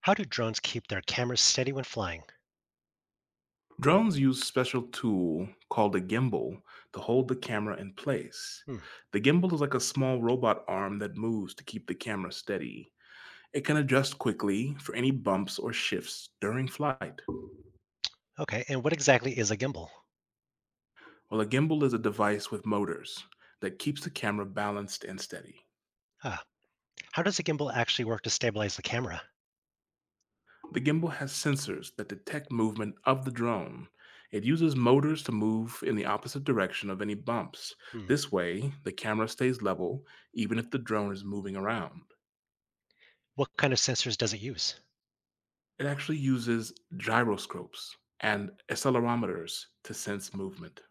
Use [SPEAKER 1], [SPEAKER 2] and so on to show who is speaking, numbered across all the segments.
[SPEAKER 1] How do drones keep their cameras steady when flying?
[SPEAKER 2] Drones use special tool called a gimbal to hold the camera in place.
[SPEAKER 1] Hmm.
[SPEAKER 2] The gimbal is like a small robot arm that moves to keep the camera steady. It can adjust quickly for any bumps or shifts during flight.
[SPEAKER 1] Okay. And what exactly is a gimbal?
[SPEAKER 2] While a gimbal is a device with motors that keeps the camera balanced and steady.
[SPEAKER 1] Ah, how does a gimbal actually work to stabilize the camera?
[SPEAKER 2] The gimbal has sensors that detect movement of the drone. It uses motors to move in the opposite direction of any bumps.
[SPEAKER 1] Hmm.
[SPEAKER 2] This way, the camera stays level even if the drone is moving around.
[SPEAKER 1] What kind of sensors does it use?
[SPEAKER 2] It actually uses gyroscopes and accelerometers to sense movement.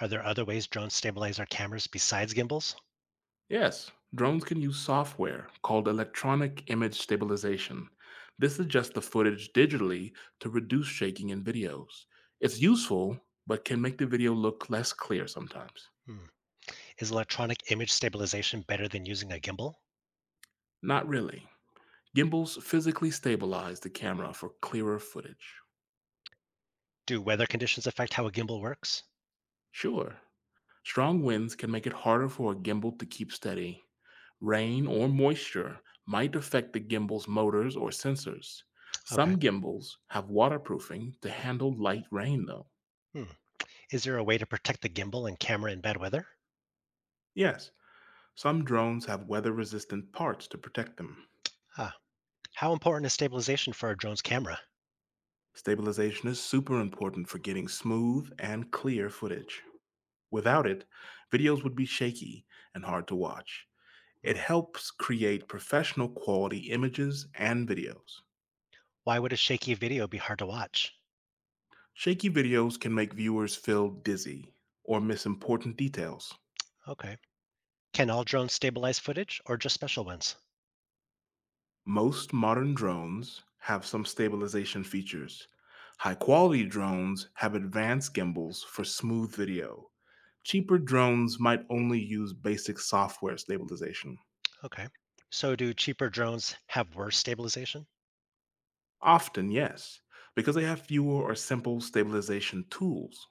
[SPEAKER 1] Are there other ways drones stabilize our cameras besides gimbals?
[SPEAKER 2] Yes, drones can use software called electronic image stabilization. This adjusts the footage digitally to reduce shaking in videos. It's useful, but can make the video look less clear sometimes.
[SPEAKER 1] Hmm. Is electronic image stabilization better than using a gimbal?
[SPEAKER 2] Not really. Gimbals physically stabilize the camera for clearer footage.
[SPEAKER 1] Do weather conditions affect how a gimbal works?
[SPEAKER 2] Sure, strong winds can make it harder for a gimbal to keep steady. Rain or moisture might affect the gimbal's motors or sensors.
[SPEAKER 1] Okay.
[SPEAKER 2] Some gimbals have waterproofing to handle light rain, though.
[SPEAKER 1] Hmm. Is there a way to protect the gimbal and camera in bad weather?
[SPEAKER 2] Yes, some drones have weather resistant parts to protect them.
[SPEAKER 1] Ah, how important is stabilization for a drone's camera?
[SPEAKER 2] Stabilization is super important for getting smooth and clear footage. Without it, videos would be shaky and hard to watch. It
[SPEAKER 1] Hmm.
[SPEAKER 2] helps create professional quality images and videos.
[SPEAKER 1] Why would a shaky video be hard to watch?
[SPEAKER 2] Shaky videos can make viewers feel dizzy or miss important details.
[SPEAKER 1] Okay. Can all drones stabilize footage or just special ones?
[SPEAKER 2] Most modern drones have some stabilization features. High quality drones have advanced gimbals for smooth video. Cheaper drones might only use basic software stabilization.
[SPEAKER 1] Okay. So, do cheaper drones have worse stabilization?
[SPEAKER 2] Often, yes, because they have fewer or simple stabilization tools.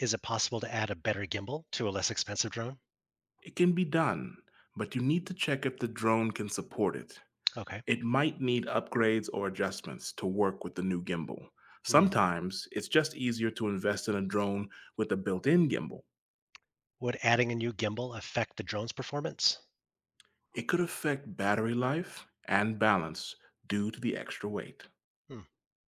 [SPEAKER 1] Is it possible to add a better gimbal to a less expensive drone?
[SPEAKER 2] It can be done, but you need to check if the drone can support it.
[SPEAKER 1] Okay.
[SPEAKER 2] It might need upgrades or adjustments to work with the new gimbal.
[SPEAKER 1] Hmm.
[SPEAKER 2] Sometimes it's just easier to invest in a drone with a built in gimbal.
[SPEAKER 1] Would adding a new gimbal affect the drone's performance?
[SPEAKER 2] It could affect battery life and balance due to the extra weight.
[SPEAKER 1] Hmm.